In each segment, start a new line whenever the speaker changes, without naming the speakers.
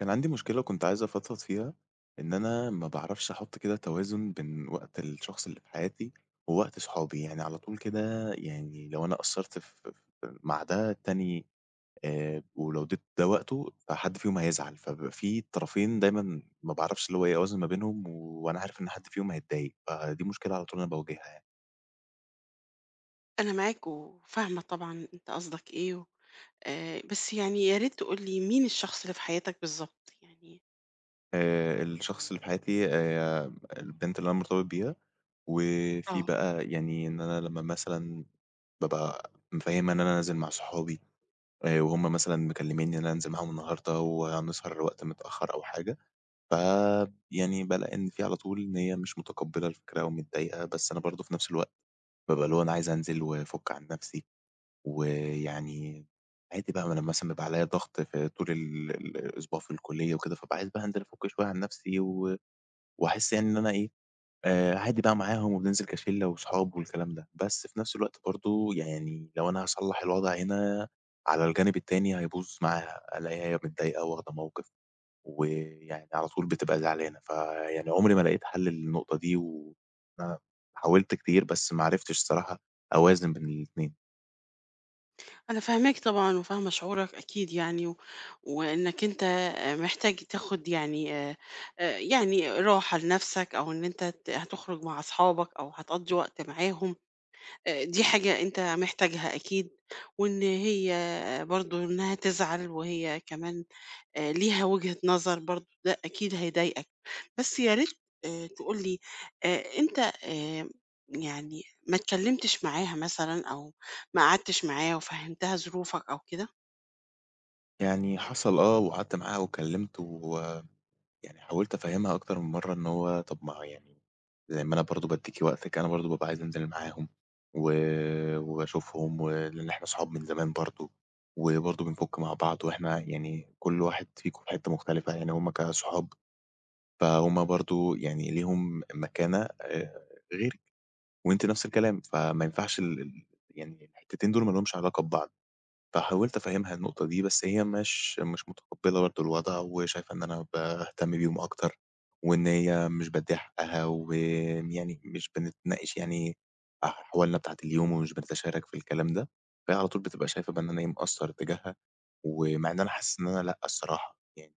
كان عندي مشكلة وكنت عايز أفضفض فيها، إن أنا ما باعرفش أحُط كده توازن بين وقت الشخص اللي في حياتي ووقت صحابي، يعني على طول كده يعني لو أنا قصّرت ف ف مع ده التاني. ولو اديت ده وقته فحد فيهم هيزعل، فبيبقى في طرفين دايمًا ما باعرفش اللي هو إيه أوازن ما بينهم وأنا عارف إن حد فيهم هيتضايق، فدي مشكلة على طول أنا باواجهها يعني.
أنا معاك وفاهمة طبعًا أنت قصدك إيه و بس يعني يا ريت تقول لي مين الشخص اللي في حياتك بالضبط؟ يعني
الشخص اللي في حياتي البنت اللي أنا مرتبط بيها، وفي
آه.
بقى يعني إن أنا لمّا مثلًا بابقى مفهّمها إن أنا نازل مع صحابي، وهُم مثلًا مكلمينّي إن أنا أنزل معاهم النهارده وهنسهر لوقت متأخر أو حاجة، ف يعني بالاقي إن في على طول إن هي مش متقبّلة الفكرة ومتضايقة، بس أنا برضه في نفس الوقت بابقى اللي هو أنا عايز أنزل وأفُك عن نفسي، ويعني عادي بقى ما أنا مثلًا بيبقى عليّا ضغط في طول الأسبوع في الكلية وكده، فابقى عايز بقى أنزل أفُك شوية عن نفسي وأحس يعني إن أنا إيه، عادي بقى معاهم وبننزل كشِلّة وصحاب والكلام ده، بس في نفس الوقت برضه يعني لو أنا هاصلّح الوضع هنا، على الجانب التاني هيبوظ معاها، ألاقيها هي متضايقة واخدة موقِف، ويعني على طول بتبقى زعلانة، فيعني عمري ما لقيت حَل للنقطة دي، وأنا حاولت كتير بس ما عرفتش الصراحة أوازن بين الاتنين.
أنا فاهماك طبعًا وفاهمة شعورك أكيد يعني و وإنك أنت آه، محتاج تاخد يعني يعني راحة لنفسك أو إن أنت هتخرج مع أصحابك أو هتقضّي وقت معاهم، دي حاجة أنت محتاجها أكيد، وإن هي برضه إنها تزعل وهي كمان ليها وجهة نظر برضه، ده أكيد هيضايقك، بس يا ريت تقول لي أنت يعني ما اتكلمتش معاها مثلًا أو ما قعدتش معاها وفهّمتها ظروفك أو كده؟
يعني حصل آه، وقعدت معاها واتكلّمت، ويعني حاولت أفهّمها أكتر من مرّة إن هو طَب ما هو يعني زي ما أنا برضه بادّيكِ وقتِك، أنا برضه بابقى عايز أنزل معاهم و وأشوفهم ولإن إحنا صحاب من زمان برضه، وبرضه بنفُك مع بعض وإحنا يعني كل واحد فيكم في حتّة مختلفة، يعني هم كصحاب فهُم برضه يعني ليهم مكانة غيرِك وأنتِ نفس الكلام، فما ينفعش ال ال يعني الحتّتين دول ما لهمش علاقة ببعض. فحاولت أفهّمها النقطة دي، بس هي مش متقبّلة برضه الوضع وشايفة إن أنا باهتم بيهم أكتر، وإن هي مش بادّيها حقّها، ويعني مش بنتناقش يعني أحوالنا بتاعة اليوم ومش بنتشارك في الكلام ده، فهي على طول بتبقى شايفة بقى إن أنا إيه، مقصّر تجاهها، ومع إن أنا حاسس إن أنا لأ الصراحة، يعني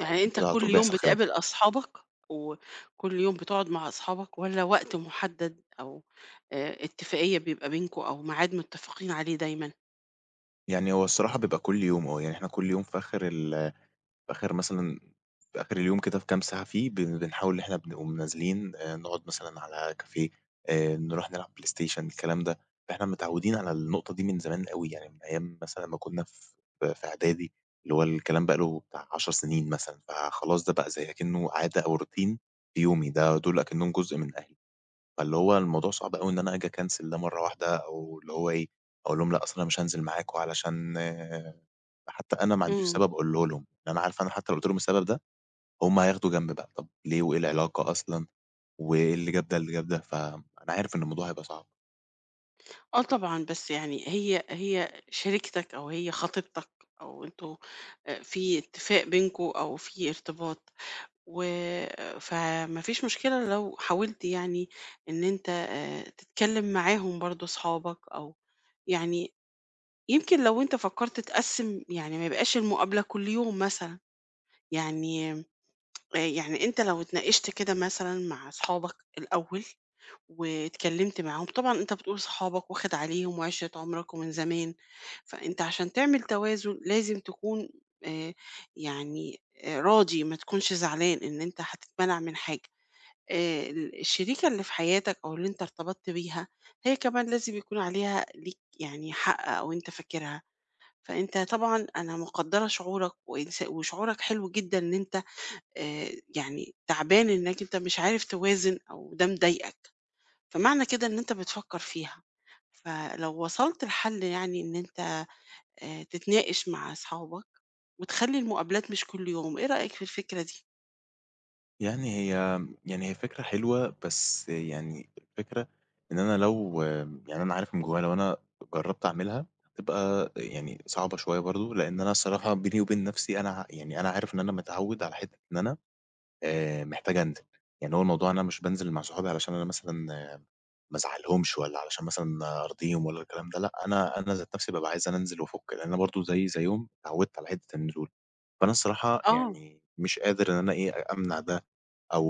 على
أنت
كده على
كل
طول
يوم
بيحصل خلاف.
بتقابل أصحابك، وكل يوم بتقعد مع أصحابك والّا وقت محدد أو اتفاقية بيبقى بينكم أو ميعاد متفقين عليه دايمًا؟
يعني هو الصراحة بيبقى كل يوم آه، يعني إحنا كل يوم في آخر في آخر مثلًا في آخر اليوم كده في كام ساعة فيه بنحاول إن إحنا بنقوم نازلين، نقعد مثلًا على كافيه، نروح نلعب بلاي ستيشن الكلام ده، فإحنا متعودين على النقطة دي من زمان أوي، يعني من أيام مثلًا ما كنا في إعدادي، اللي هو الكلام بقى له بتاع 10 سنين مثلًا، فخلاص ده بقى زي أكنه عادة أو روتين في يومي، ده دول أكنهم جزء من أهلي. فاللي هو الموضوع صعب أوي إن أنا آجي أكنسل ده مرّة واحدة أو اللي هو إيه، أقول لهم لأ أصل أنا مش هانزل معاكم علشان آه، حتّى أنا ما عنديش
إمم.
سبب أقوله لهم، يعني أنا عارف أنا حتّى لو قُلت لهم السبب ده، هم هياخدوا جنب بقى، طب ليه وإيه العلاقة أصلًا، وإيه اللي جاب ده اللي جاب ده، فأنا عارف إن الموضوع هيبقى صعب.
آه طبعًا، بس يعني هي شريكتك أو هي خطيبتك أو أنتم في اتفاق بينكم أو في ارتباط، و فما فيش مشكلة لو حاولت يعني إن أنت تتكلم معاهم برضه صحابك أو يعني يمكن لو أنت فكّرت تقسّم يعني ما يبقاش المقابلة كل يوم مثلًا، يعني يعني أنت لو اتناقشت كده مثلًا مع صحابك الأول واتكلمت معاهم طبعًا أنت بتقول صحابك واخد عليهم وعِشرة عمرك ومن زمان، فأنت عشان تعمل توازن لازم تكون آآ يعني راضي، ما تكونش زعلان إن أنت هتتمنع من حاجة. ال الشريكة اللي في حياتك أو اللي أنت ارتبطت بيها، هي كمان لازم يكون عليها ليك يعني حق أو أنت فاكرها، فأنت طبعًا أنا مقدّرة شعورك وشعورك حلو جدًا إن أنت يعني تعبان إنك أنت مش عارف توازن أو ده مضايقك. فمعنى كده إن أنت بتفكّر فيها، فلو وصلت لحل يعني إن أنت تتناقش مع أصحابك وتخلّي المقابلات مش كل يوم، إيه رأيك في الفكرة دي؟
يعني هي يعني هي فكرة حلوة، بس يعني الفكرة إن أنا لو يعني أنا عارف من جوايا لو أنا جرّبت أعملها هتبقى يعني صعبة شوية برضه، لإن أنا الصراحة بيني وبين نَفْسي أنا يعني أنا عارف إن أنا متعوِّد على حتّة إن أنا محتاج أنزل، يعني هو الموضوع أنا مش بانزل مع صحابي علشان أنا مثلًا ما أزعّلهمش والّا علشان مثلًا أرضيهم والّا الكلام ده، لأ، أنا ذات نَفْسي بابقى عايز أنا أنزل وأفُك، لإن أنا برضه زيي زيّهم اتعوّدت على حتّة النزول. فأنا الصراحة
آه،
يعني مش قادر إن أنا إيه، أمنع ده أو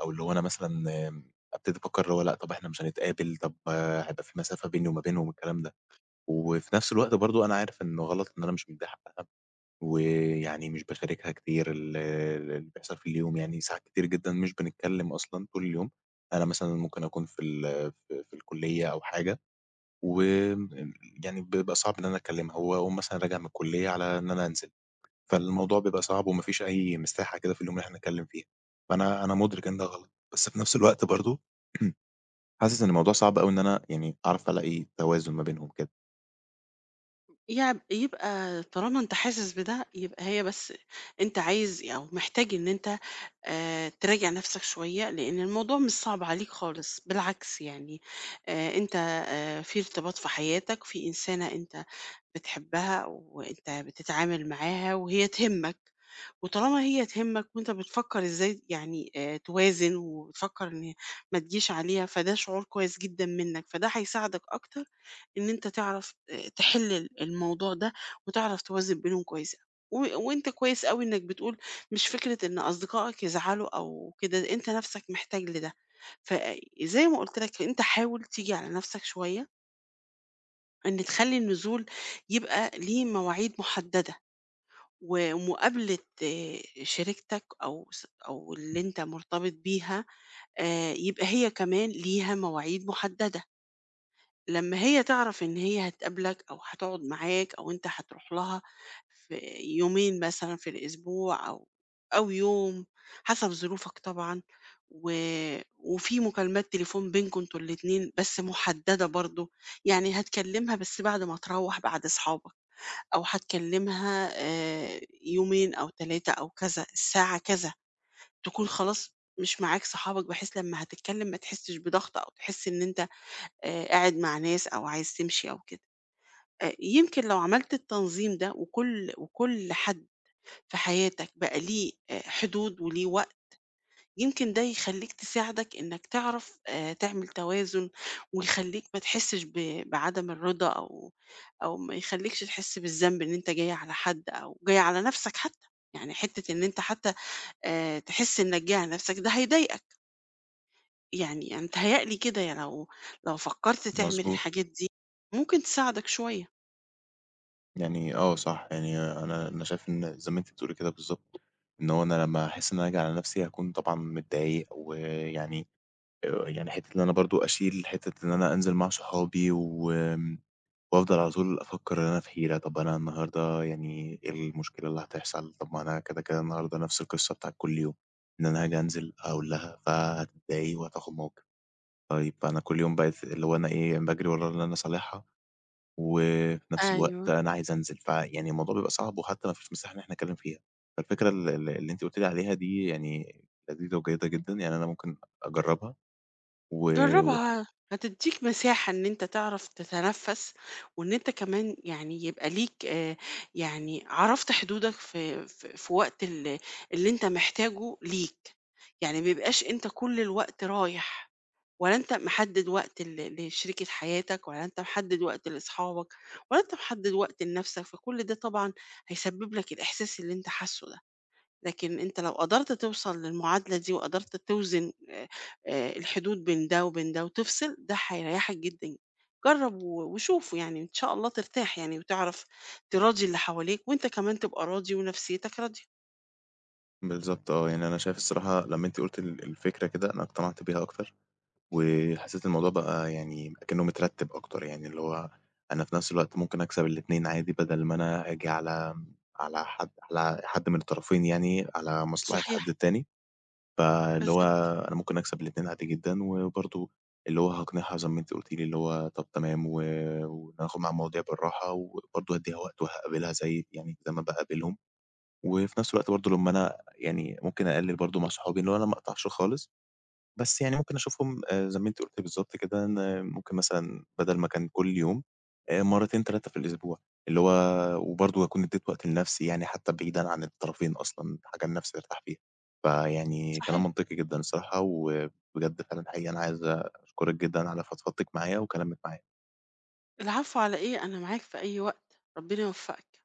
أو اللي هو أنا مثلًا أبتدي أفكّر اللي هو لأ، طَب إحنا مش هنتقابل، طَب هيبقى في مسافة بيني وما بينهم الكلام ده. وفي نَفْس الوقت برضه أنا عارف إنه غلط، إن أنا مش مدّيه حقّها. ويعني مش باشاركها كتير اللي بيحصل في اليوم يعني ساعات كتير جدًا مش بنتكلم أصلًا طول اليوم، أنا مثلًا ممكن أكون في ال في في الكلية أو حاجة وم يعني بيبقى صعب إن أنا أكلمها، وأقوم مثلًا راجع من الكلية على إن أنا أنزل، فالموضوع بيبقى صعب وما فيش أي مساحة كده في اليوم إن إحنا نتكلم فيها، فأنا مُدرك إن ده غلط، بس في نفس الوقت برضه حاسس إن الموضوع صعب أوي إن أنا يعني أعرف ألاقي توازن ما بينهم كده.
يبقى طالما أنت حاسس بده، يبقى هي بس أنت عايز أو محتاج إن أنت تراجع نَفْسك شوية، لإن الموضوع مش صعب عليك خالص، بالعكس يعني أنت في ارتباط في حياتك، في إنسانة أنت بتحبها وأنت بتتعامل معاها وهي تهمّك. وطالما هي تهمك وأنت بتفكّر إزاي يعني توازن وبتفكّر إن ما تجيش عليها، فده شعور كويس جدًا منّك، فده هيساعدك أكتر إن أنت تعرف تحِل الموضوع ده وتعرف توازن بينهم كويس أوي. و وأنت كويس أوي إنّك بتقول مش فكرة إن أصدقائك يزعلوا أو كده، أنت نَفْسك محتاج لده. فزي ما قُلت لك أنت حاول تيجي على نَفْسك شوية، إن تخلّي النزول يبقى ليه مواعيد مُحدّدة. و ومقابلة شريكتك أو أو اللي أنت مرتبط بيها يبقى هي كمان ليها مواعيد محددة، لمّا هي تعرف إن هي هتقابلك أو هتقعد معاك أو أنت هتروح لها في يومين مثلًا في الأسبوع أو أو يوم حسب ظروفك طبعًا، و وفي مكالمات تليفون بينكم أنتم الاتنين بس محددة برضه، يعني هتكلمها بس بعد ما تروّح بعد أصحابك. أو هتكلمها يومين أو 3 أو كذا، الساعة كذا، تكون خلاص مش معاك صحابك بحيث لمّا هتتكلم ما تحسش بضغط أو تحس إن أنت قاعد مع ناس أو عايز تمشي أو كده. يمكن لو عملت التنظيم ده وكل حد في حياتك بقى ليه حدود وليه وقت يمكن ده يخلّيك تساعدك إنك تعرف تعمل توازن، ويخلّيك ما تحسّش ب بعدم الرضا أو أو ما يخلّيكش تحس بالذنب إن أنت جاي على حد أو جاي على نَفْسك حتّى، يعني حتّة إن أنت حتّى تحس إنك جاي على نَفْسك ده هيضايقك، يعني أنا متهيأ لي كده يعني لو لو فكّرت
إمم.
تعمل
مضبوط.
الحاجات دي ممكن تساعدك شوية.
يعني آه صح، يعني أنا شايف إن زي ما أنتِ بتقولي كده بالضبط، إن هو أنا لمّا أحس إن أنا هاجي على نَفْسي هاكون طبعًا متضايق، ويعني يعني حتّة إن أنا برضه أشيل حتّة إن أنا أنزل مع صحابي وأفضل على طول أفكّر إن أنا في حيرة، طَب أنا النهارده يعني إيه المشكلة اللي هتحصل، طَب ما أنا كده، كده النهارده نَفْس القصّة بتاعة كل يوم، إن أنا هاجي أنزل أقول لها فهتتضايق وهتاخُد موقِف، طيب أنا كل يوم بقيت اللي هو أنا إيه، باجري ورا اللي أنا صالحها وفي نفس الوقت
أيوه.
أنا عايز أنزل، فيعني الموضوع بيبقى صعب وحتى ما فيش مساحة إن إحنا نتكلم فيها. فالفكرة ال ال اللي أنتِ قلتِ لي عليها دي يعني لذيذة وجيدة جدًا، يعني أنا ممكن أجرّبها و وه
جرّبها، هتدّيك مساحة إن أنت تعرف تتنفّس، وإن أنت كمان يعني يبقى ليك يعني عرفت حدودك في وقت اللي أنت محتاجه ليك، يعني ما يبقاش أنت كل الوقت رايح، ولا أنت محدد وقت لشريكة حياتك، ولا أنت محدد وقت لأصحابك، ولا أنت محدد وقت لنَفْسك، فكل ده طبعًا هيسبب لك الإحساس اللي أنت حاسّه ده. لكن أنت لو قدرت توصل للمعادلة دي وقدرت توزن الحدود بين ده وبين ده وتفصل، ده هيريحك جدًا. جرّب وشوف يعني إن شاء الله ترتاح يعني وتعرف تراضي اللي حواليك وأنت كمان تبقى راضي ونفسيتك راضية.
بالضبط آه، يعني أنا شايف الصراحة لمّا أنتِ قلتِ الفكرة كده أنا اقتنعت بيها أكتر، وحسيت الموضوع بقى يعني أكنه مترتب أكتر، يعني اللي هو أنا في نفس الوقت ممكن أكسب الاتنين عادي بدل ما أنا آجي على حد من الطرفين يعني، على مصلحة
صحيح،
حد تاني. فاللي هو
بالضبط،
أنا ممكن أكسب الاتنين عادي جدًا، وبرضه اللي هو هاقنعها زي ما أنتِ قُلتِ لي، اللي هو طَب تمام وهاخد معاها المواضيع بالراحة، وبرضه هادّيها وقت وهاقابلها زي يعني زي ما باقابلهم، وفي نفس الوقت برضه لمّا أنا يعني ممكن أقلِّل برضه مع صحابي، اللي هو أنا ما اقطعش خالص. بس يعني ممكن أشوفهم زي ما أنتِ قُلتِ بالضبط كده، إن ممكن مثلًا بدل ما كان كل يوم، مرّتين 3 في الأسبوع، اللي هو وبرضه أكون ادّيت وقت لنَفْسي يعني حتى بعيدًا عن الطرفين أصلًا، حاجة لنَفْسي أرتاح فيها. فيعني كلام
صحيح.
منطقي جدًا الصراحة، وبجد فعلًا حقيقي أنا عايز أشكرِك جدًا على فضفضتِك معايا وكلامِك معايا.
العفو على إيه، أنا معاك في أي وقت، ربنا يوفقك.